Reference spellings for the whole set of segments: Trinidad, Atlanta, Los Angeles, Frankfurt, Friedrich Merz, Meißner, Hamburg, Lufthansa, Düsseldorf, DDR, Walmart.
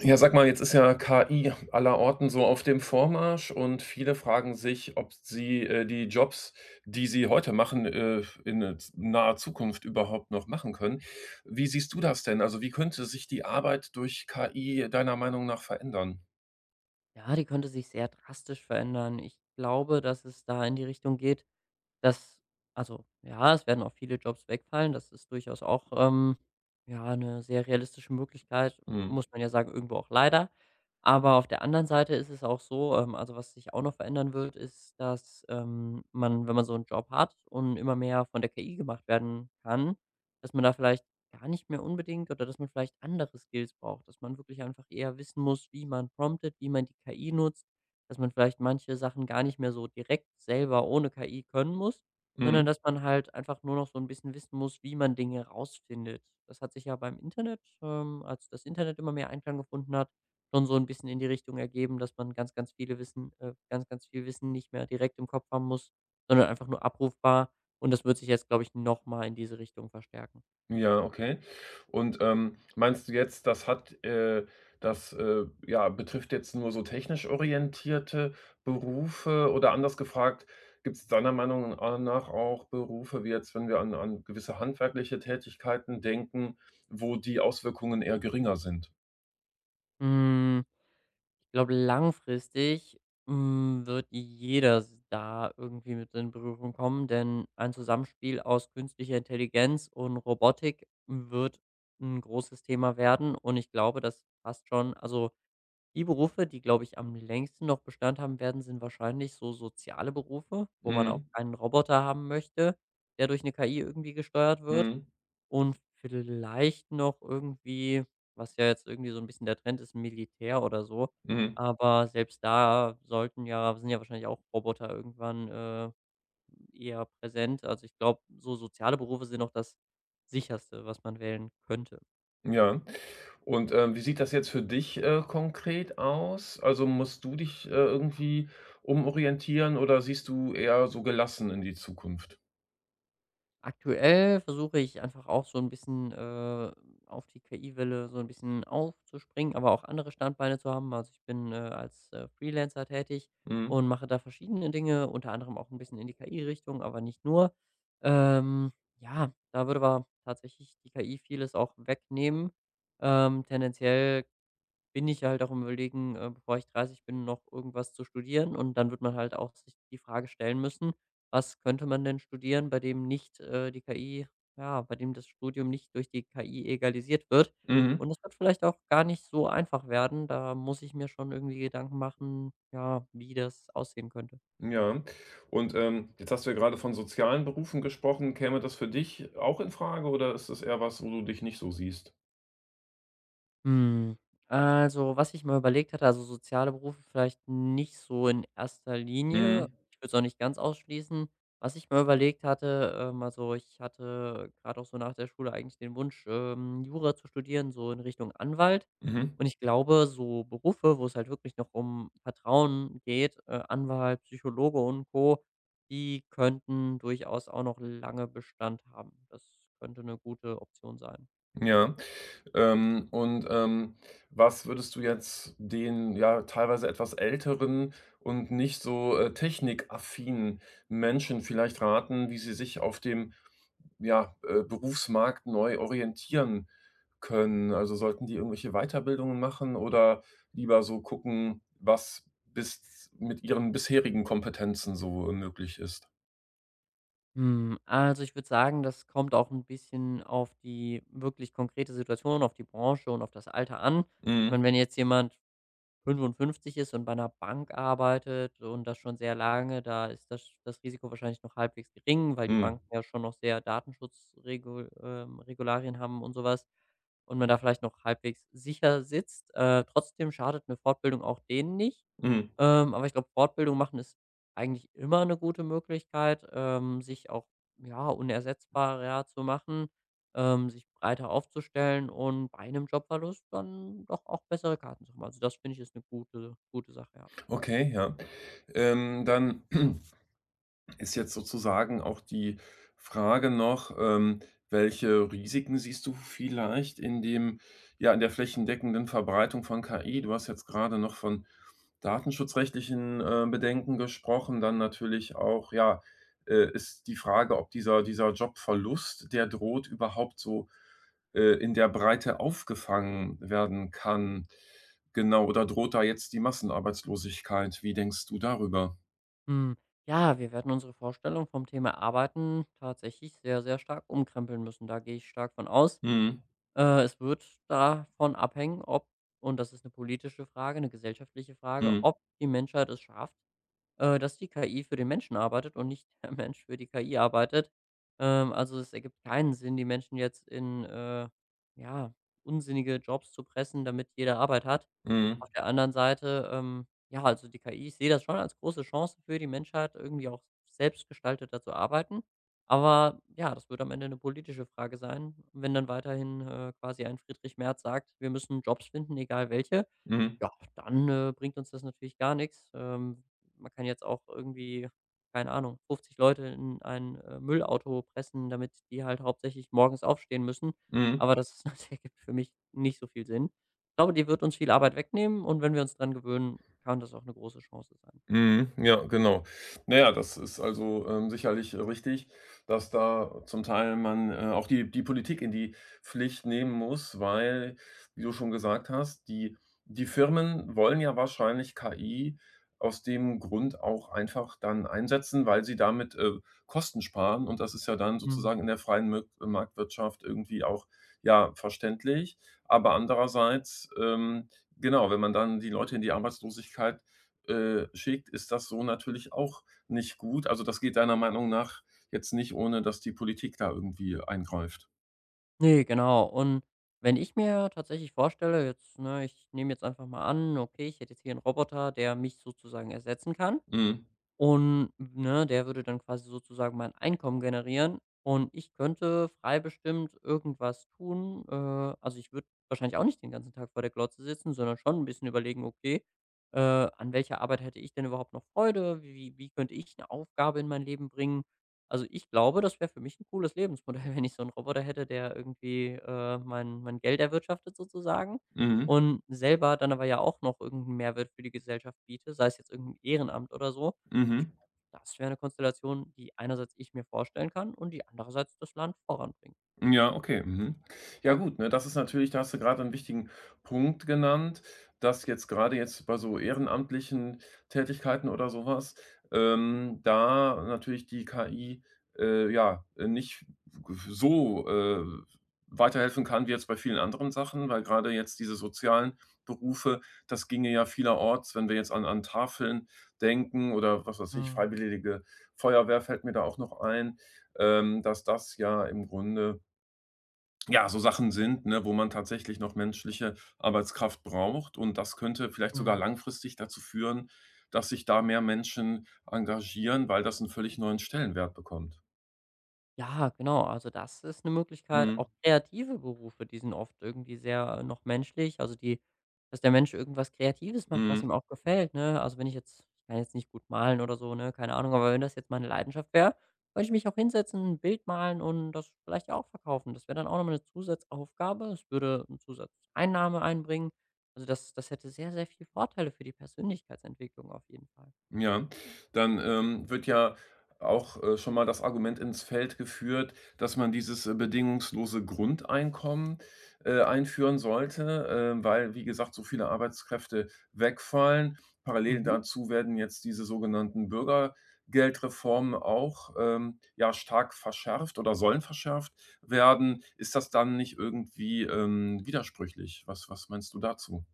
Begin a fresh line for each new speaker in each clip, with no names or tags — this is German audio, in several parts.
Ja, sag mal, jetzt ist ja KI allerorten so auf dem Vormarsch und viele fragen sich, ob sie, die Jobs, die sie heute machen, in naher Zukunft überhaupt noch machen können. Wie siehst du das denn? Also, wie könnte sich die Arbeit durch KI deiner Meinung nach verändern?
Ja, die könnte sich sehr drastisch verändern. Ich glaube, dass es da in die Richtung geht, das also, ja, es werden auch viele Jobs wegfallen. Das ist durchaus auch, ja, eine sehr realistische Möglichkeit,
Mhm.
muss man ja sagen, irgendwo auch leider. Aber auf der anderen Seite ist es auch so, also, was sich auch noch verändern wird, ist, dass, man, wenn man so einen Job hat und immer mehr von der KI gemacht werden kann, dass man da vielleicht gar nicht mehr unbedingt oder dass man vielleicht andere Skills braucht, dass man wirklich einfach eher wissen muss, wie man promptet, wie man die KI nutzt, dass man vielleicht manche Sachen gar nicht mehr so direkt selber ohne KI können muss, sondern
Mhm.
dass man halt einfach nur noch so ein bisschen wissen muss, wie man Dinge rausfindet. Das hat sich ja beim Internet, als das Internet immer mehr Einklang gefunden hat, schon so ein bisschen in die Richtung ergeben, dass man ganz, ganz viele Wissen ganz, ganz viel Wissen nicht mehr direkt im Kopf haben muss, sondern einfach nur abrufbar. Und das wird sich jetzt, glaube ich, noch mal in diese Richtung verstärken.
Ja, okay. Und, meinst du jetzt, das, ja, betrifft jetzt nur so technisch orientierte Berufe? Oder anders gefragt, gibt es deiner Meinung nach auch Berufe, wie jetzt, wenn wir an gewisse handwerkliche Tätigkeiten denken, wo die Auswirkungen eher geringer sind?
Hm. Ich glaube, langfristig, hm, wird jeder s da irgendwie mit in Berührung kommen, denn ein Zusammenspiel aus künstlicher Intelligenz und Robotik wird ein großes Thema werden. Und ich glaube, das passt schon also, die Berufe, die, glaube ich, am längsten noch Bestand haben werden, sind wahrscheinlich so soziale Berufe, wo man auch
Mhm.
einen Roboter haben möchte, der durch 'ne KI irgendwie gesteuert wird.
Mhm.
Und vielleicht noch irgendwie, was ja jetzt irgendwie so ein bisschen der Trend ist, Militär oder so.
Mhm.
Aber selbst da sollten ja sind ja wahrscheinlich auch Roboter irgendwann, eher präsent. Also, ich glaube, so soziale Berufe sind noch das Sicherste, was man wählen könnte.
Ja. Und, wie sieht das jetzt für dich, konkret aus? Also, musst du dich, irgendwie umorientieren oder siehst du eher so gelassen in die Zukunft?
Aktuell versuche ich einfach auch so ein bisschen, auf die KI-Welle so ein bisschen aufzuspringen, aber auch andere Standbeine zu haben. Also, ich bin, als, Freelancer tätig
Mhm.
und mache da verschiedene Dinge, unter anderem auch ein bisschen in die KI-Richtung, aber nicht nur. Ähm, ja, da würde aber tatsächlich die KI vieles auch wegnehmen. Tendenziell bin ich halt auch am Überlegen, bevor ich 30 bin, noch irgendwas zu studieren. Und dann wird man halt auch sich die Frage stellen müssen, was könnte man denn studieren, bei dem nicht die KI, ja, bei dem das Studium nicht durch die KI egalisiert wird.
Mhm.
Und das wird vielleicht auch gar nicht so einfach werden. Da muss ich mir schon irgendwie Gedanken machen, ja, wie das aussehen könnte.
Ja. Und, jetzt hast du ja grade von sozialen Berufen gesprochen. Käme das für dich auch in Frage oder ist das eher was, wo du dich nicht so siehst?
Hm, also, was ich mal überlegt hatte also, soziale Berufe vielleicht nicht so in erster Linie.
Mhm.
Ich würde es auch nicht ganz ausschließen. Was ich mir überlegt hatte, also, ich hatte gerade auch so nach der Schule eigentlich den Wunsch, Jura zu studieren, so in Richtung Anwalt.
Mhm.
Und ich glaube, so Berufe, wo es halt wirklich noch um Vertrauen geht, Anwalt, Psychologe und Co., die könnten durchaus auch noch lange Bestand haben. Das könnte eine gute Option sein.
Ja. Und, was würdest du jetzt den, ja, teilweise etwas älteren und nicht so, technikaffinen Menschen vielleicht raten, wie sie sich auf dem, ja, Berufsmarkt neu orientieren können? Also, sollten die irgendwelche Weiterbildungen machen oder lieber so gucken, was bis mit ihren bisherigen Kompetenzen so möglich ist?
Hm, also ich würde sagen, das kommt auch ein bisschen auf die wirklich konkrete Situation, auf die Branche und auf das Alter an. Ich
Mhm,
meine, wenn jetzt jemand 55 ist und bei einer Bank arbeitet und das schon sehr lange, da ist das Risiko wahrscheinlich noch halbwegs gering, weil die
mhm,
Banken ja schon noch sehr Datenschutzregul haben und sowas und man da vielleicht noch halbwegs sicher sitzt. Trotzdem schadet eine Fortbildung auch denen nicht.
mhm.
Aber ich glaube, Fortbildung machen ist eigentlich immer eine gute Möglichkeit, sich auch, ja, unersetzbarer ja, zu machen, sich breiter aufzustellen und bei einem Jobverlust dann doch auch bessere Karten zu haben. Also, das finde ich ist eine gute Sache, ja.
Okay, ja. Dann ist jetzt sozusagen auch die Frage noch, welche Risiken siehst du vielleicht in dem ja, in der flächendeckenden Verbreitung von KI? Du hast jetzt gerade noch von datenschutzrechtlichen, Bedenken gesprochen, dann natürlich auch, ja, ist die Frage, ob dieser Jobverlust, der droht, überhaupt so, in der Breite aufgefangen werden kann. Genau, oder droht da jetzt die Massenarbeitslosigkeit? Wie denkst du darüber?
Hm, ja, wir werden unsere Vorstellung vom Thema Arbeiten tatsächlich sehr, sehr stark umkrempeln müssen. Da gehe ich stark von aus.
Mhm,
Es wird davon abhängen, ob und das ist eine politische Frage, eine gesellschaftliche Frage,
mhm,
ob die Menschheit es schafft, dass die KI für den Menschen arbeitet und nicht der Mensch für die KI arbeitet. Also es ergibt keinen Sinn, die Menschen jetzt in, ja, unsinnige Jobs zu pressen, damit jeder Arbeit hat.
mhm.
Auf der anderen Seite, ja, also die KI, ich sehe das schon als große Chance für die Menschheit, irgendwie auch selbstgestalteter zu arbeiten. Aber ja, das wird am Ende eine politische Frage sein, wenn dann weiterhin quasi ein Friedrich Merz sagt, wir müssen Jobs finden, egal welche.
Mhm.
Ja, dann, bringt uns das natürlich gar nichts. Man kann jetzt auch irgendwie, keine Ahnung, 50 Leute in ein Müllauto pressen, damit die halt hauptsächlich morgens aufstehen müssen.
Mhm.
Aber ja, das ist, das ergibt für mich nicht so viel Sinn. Ich glaube, die wird uns viel Arbeit wegnehmen, und wenn wir uns dran gewöhnen, kann das auch eine große Chance sein.
Mhm. Ja, genau. Naja, das ist also, sicherlich richtig, dass da zum Teil man, auch die Politik in die Pflicht nehmen muss, weil, wie du schon gesagt hast, die Firmen wollen ja wahrscheinlich KI aus dem Grund auch einfach dann einsetzen, weil sie damit, Kosten sparen, und das ist ja dann
Mhm.
sozusagen in der freien Mö Marktwirtschaft irgendwie auch, ja, verständlich. Aber andererseits, genau, wenn man dann die Leute in die Arbeitslosigkeit schickt, ist das so natürlich auch nicht gut. Also, das geht deiner Meinung nach jetzt nicht, ohne dass die Politik da irgendwie eingreift?
Ne, genau. Und wenn ich mir tatsächlich vorstelle jetzt, ne, ich nehme jetzt einfach mal an, okay, ich hätte jetzt hier einen Roboter, der mich sozusagen ersetzen kann.
Mhm.
Und, ne, der würde dann quasi sozusagen mein Einkommen generieren, und ich könnte frei bestimmt irgendwas tun. Also, ich würde wahrscheinlich auch nicht den ganzen Tag vor der Glotze sitzen, sondern schon ein bisschen überlegen: „Okay, an welcher Arbeit hätte ich denn überhaupt noch Freude? Wie könnte ich eine Aufgabe in mein Leben bringen?“ Also, ich glaube, das wäre für mich ein cooles Lebensmodell, wenn ich so einen Roboter hätte, der irgendwie, mein Geld erwirtschaftet sozusagen,
Mhm.
und selber dann aber ja auch noch irgendeinen Mehrwert für die Gesellschaft biete, sei es jetzt irgendein Ehrenamt oder so. Ich
Mhm.
glaube, das wäre eine Konstellation, die einerseits ich mir vorstellen kann und die andererseits das Land voranbringt.
Ja, okay. Mhm. Ja gut, ne, das ist natürlich, da hast du gerade einen wichtigen Punkt genannt, dass jetzt gerade jetzt bei so ehrenamtlichen Tätigkeiten oder sowas da natürlich die KI, ja, nicht so, weiterhelfen kann wie jetzt bei vielen anderen Sachen, weil gerade jetzt diese sozialen Berufe, das ginge ja vielerorts, wenn wir jetzt an Tafeln denken oder was weiß ich,
Mhm,
Freiwillige Feuerwehr fällt mir da auch noch ein, dass das ja im Grunde, ja, so Sachen sind, ne, wo man tatsächlich noch menschliche Arbeitskraft braucht. Und das könnte vielleicht sogar
mhm.
langfristig dazu führen, dass sich da mehr Menschen engagieren, weil das einen völlig neuen Stellenwert bekommt.
Ja, genau. Also, das ist eine Möglichkeit.
Mhm,
Auch kreative Berufe, die sind oft irgendwie sehr noch menschlich. Also, die dass der Mensch irgendwas Kreatives macht, was
mhm.
ihm auch gefällt, ne? Also, wenn ich jetzt ich kann jetzt nicht gut malen oder so, ne, keine Ahnung, aber wenn das jetzt meine Leidenschaft wäre, könnte ich mich auch hinsetzen, ein Bild malen und das vielleicht auch verkaufen. Das wäre dann auch noch eine Zusatzaufgabe. Es würde eine Zusatzeinnahme einbringen. Also, das das hätte sehr, sehr viel Vorteile für die Persönlichkeitsentwicklung auf jeden Fall.
Ja, dann, wird ja auch, schon mal das Argument ins Feld geführt, dass man dieses, bedingungslose Grundeinkommen, einführen sollte, weil, wie gesagt, so viele Arbeitskräfte wegfallen. Parallel
Mhm.
dazu werden jetzt diese sogenannten Bürgergeldreformen auch, ja, stark verschärft oder sollen verschärft werden. Ist das dann nicht irgendwie, widersprüchlich? Was meinst du dazu?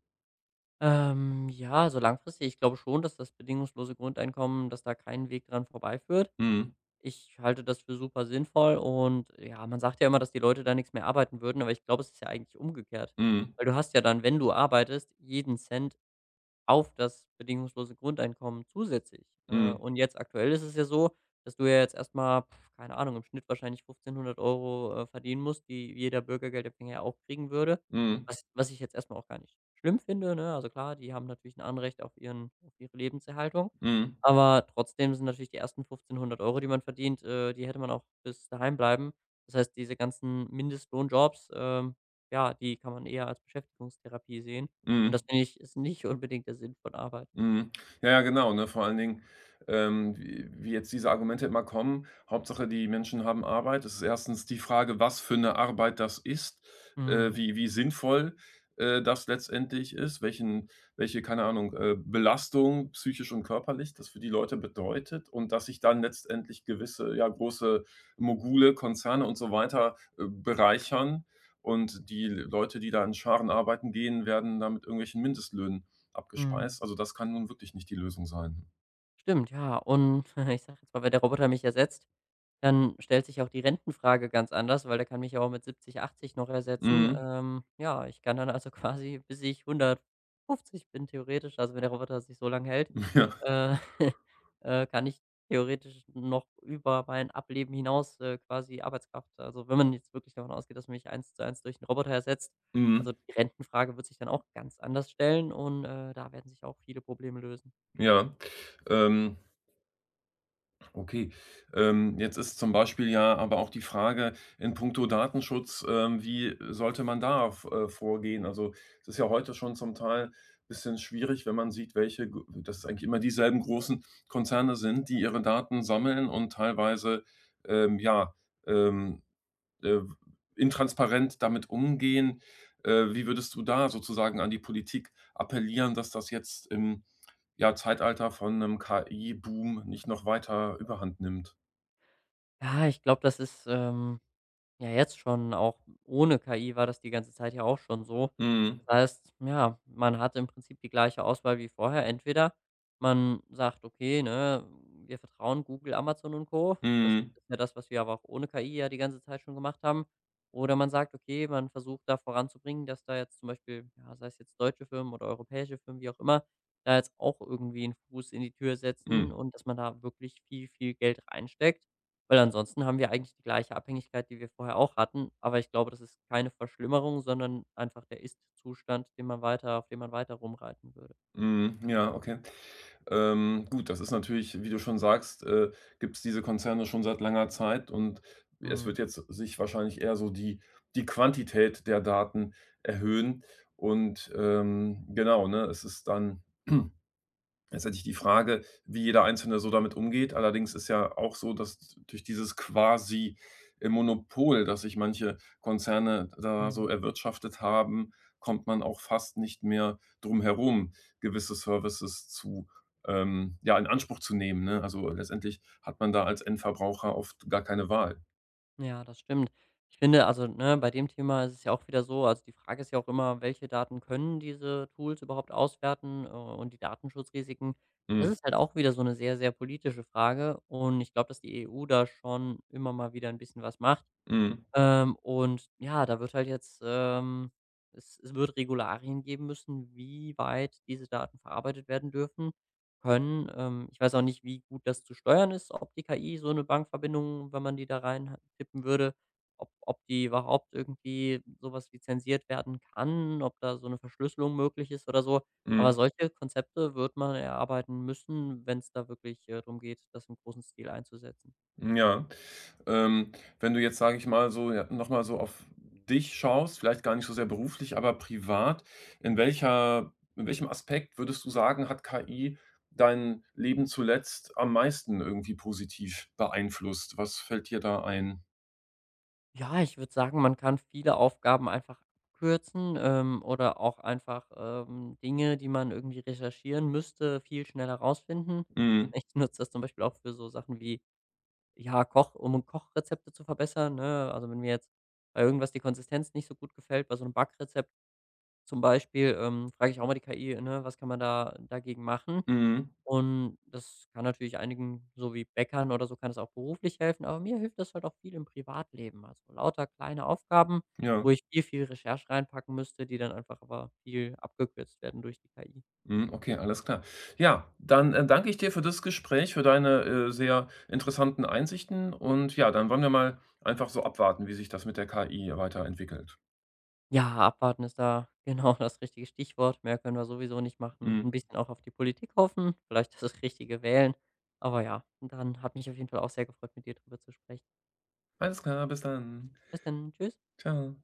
Ja, also langfristig, ich glaube schon, dass das bedingungslose Grundeinkommen, dass da kein Weg dran vorbeiführt.
Mhm.
Ich halte das für super sinnvoll und ja, man sagt ja immer, dass die Leute da nichts mehr arbeiten würden, aber ich glaube, es ist ja eigentlich umgekehrt.
Mhm.
Weil du hast ja dann, wenn du arbeitest, jeden Cent auf das bedingungslose Grundeinkommen zusätzlich.
Mhm.
Und jetzt aktuell ist es ja so, dass du ja jetzt erstmal mal, keine Ahnung, im Schnitt wahrscheinlich 1.500 Euro verdienen musst, die jeder Bürgergeldempfänger ja auch kriegen würde.
Mhm.
Was ich jetzt erstmal auch gar nicht schlimm finde, ne? Also, klar, die haben natürlich ein Anrecht auf ihre Lebenserhaltung,
Mhm.
aber trotzdem sind natürlich die ersten 1.500 Euro, die man verdient, die hätte man auch bis daheim bleiben. Das heißt, diese ganzen Mindestlohnjobs, ja, die kann man eher als Beschäftigungstherapie sehen. Und das
Mhm.
finde ich ist nicht unbedingt der Sinn von Arbeit.
Mhm. Ja, ja, genau, ne? Vor allen Dingen, wie jetzt diese Argumente immer kommen, Hauptsache die Menschen haben Arbeit. Das ist erstens die Frage, was für eine Arbeit das ist,
Mhm,
wie sinnvoll, das letztendlich ist, welchen keine Ahnung, Belastung psychisch und körperlich das für die Leute bedeutet, und dass sich dann letztendlich gewisse, ja, große Mogule, Konzerne und so weiter, bereichern und die Leute, die da in Scharen arbeiten gehen, werden da mit irgendwelchen Mindestlöhnen
mhm.
abgespeist. Also, das kann nun wirklich nicht die Lösung sein.
Stimmt, ja. Und ich sage jetzt mal, wenn der Roboter mich ersetzt, dann stellt sich auch die Rentenfrage ganz anders, weil der kann mich ja auch mit 70, 80 noch ersetzen.
Mhm.
Ja, ich kann dann also quasi, bis ich 150 bin, theoretisch, also wenn der Roboter sich so lange hält,
Ja.
äh, kann ich theoretisch noch über mein Ableben hinaus quasi Arbeitskraft also wenn man jetzt wirklich davon ausgeht, dass man mich eins zu eins durch 'n Roboter ersetzt,
Mhm.
also die Rentenfrage wird sich dann auch ganz anders stellen und, da werden sich auch viele Probleme lösen.
Ja. Ähm, okay. Jetzt ist zum Beispiel ja aber auch die Frage in puncto Datenschutz, wie sollte man da v vorgehen? Also, es ist ja heute schon zum Teil ein bisschen schwierig, wenn man sieht, welche g dass es eigentlich immer dieselben großen Konzerne sind, die ihre Daten sammeln und teilweise, ja, ähm äh, intransparent damit umgehen. Wie würdest du da sozusagen an die Politik appellieren, dass das jetzt im, ja, Zeitalter von 'nem KI-Boom nicht noch weiter Überhand nimmt?
Ja, ich glaube, das ist, ja, jetzt schon, auch ohne KI war das die ganze Zeit ja auch schon so.
Mhm.
Das heißt, ja, man hat im Prinzip die gleiche Auswahl wie vorher. Entweder man sagt: „Okay, ne, wir vertrauen Google, Amazon und Co.“ Das
Mhm.
ist ja das, was wir aber auch ohne KI ja die ganze Zeit schon gemacht haben. Oder man sagt: „Okay, man versucht da voranzubringen, dass da jetzt zum Beispiel, ja, sei es jetzt deutsche Firmen oder europäische Firmen, wie auch immer, da jetzt auch irgendwie 'n Fuß in die Tür setzen
Mhm.
und dass man da wirklich viel, viel Geld reinsteckt.“ Weil ansonsten haben wir eigentlich die gleiche Abhängigkeit, die wir vorher auch hatten, aber ich glaube, das ist keine Verschlimmerung, sondern einfach der Ist-Zustand, den man weiter auf den man weiter rumreiten würde.
Mhm. Ja, okay. Gut, das ist natürlich, wie du schon sagst, gibt es diese Konzerne schon seit langer Zeit, und es
Mhm,
wird jetzt sich wahrscheinlich eher so die Quantität der Daten erhöhen und, genau, ne, es ist dann letztendlich die Frage, wie jeder Einzelne so damit umgeht. Allerdings ist ja auch so, dass durch dieses quasi, Monopol, das sich manche Konzerne da so
mhm.
erwirtschaftet haben, kommt man auch fast nicht mehr drum herum, gewisse Services zu ja, in Anspruch zu nehmen, ne? Also, letztendlich hat man da als Endverbraucher oft gar keine Wahl.
Ja, das stimmt. Ich finde, also, ne, bei dem Thema ist es ja auch wieder so also, die Frage ist ja auch immer, welche Daten können diese Tools überhaupt auswerten, und die Datenschutzrisiken. Das
Mhm.
ist halt auch wieder so eine sehr, sehr politische Frage und ich glaube, dass die EU da schon immer mal wieder ein bisschen was macht.
Mhm.
Und ja, da wird halt jetzt es wird Regularien geben müssen, wie weit diese Daten verarbeitet werden dürfen können. Ich weiß auch nicht, wie gut das zu steuern ist, ob die KI so eine Bankverbindung, wenn man die da rein ha- tippen würde ob die überhaupt irgendwie sowas lizenziert werden kann, ob da so eine Verschlüsselung möglich ist oder so. Aber
Mhm.
solche Konzepte wird man erarbeiten müssen, wenn es da wirklich, drum geht, das im großen Stil einzusetzen.
Ja. Ähm, wenn du jetzt, sage ich mal, so, ja, noch mal so auf dich schaust, vielleicht gar nicht so sehr beruflich, aber privat, in welcher in welchem Aspekt würdest du sagen, hat KI dein Leben zuletzt am meisten irgendwie positiv beeinflusst? Was fällt dir da ein?
Ja, ich würde sagen, man kann viele Aufgaben einfach abkürzen, oder auch einfach, Dinge, die man irgendwie recherchieren müsste, viel schneller rausfinden.
Mhm,
Ich nutze das zum Beispiel auch für so Sachen wie, ja, Koch um Kochrezepte zu verbessern, ne? Also, wenn mir jetzt bei irgendwas die Konsistenz nicht so gut gefällt, bei so einem Backrezept zum Beispiel, frage ich auch mal die KI, ne, was kann man da dagegen machen?
mhm,
Und das kann natürlich einigen, so wie Bäckern oder so, kann es auch beruflich helfen, aber mir hilft das halt auch viel im Privatleben. Also lauter kleine Aufgaben,
ja,
wo ich viel, viel Recherche reinpacken müsste, die dann einfach aber viel abgekürzt werden durch die KI.
mhm, okay, alles klar. Ja, dann, danke ich dir für das Gespräch, für deine, sehr interessanten Einsichten, und ja, dann wollen wir mal einfach so abwarten, wie sich das mit der KI weiterentwickelt.
Ja, abwarten ist da genau das richtige Stichwort. Mehr können wir sowieso nicht machen. Ein
Mhm.
bisschen auch auf die Politik hoffen, vielleicht das Richtige wählen. Aber ja, dann hat mich auf jeden Fall auch sehr gefreut, mit dir drüber zu sprechen.
Alles klar, bis dann.
Bis dann. Tschüss.
Ciao.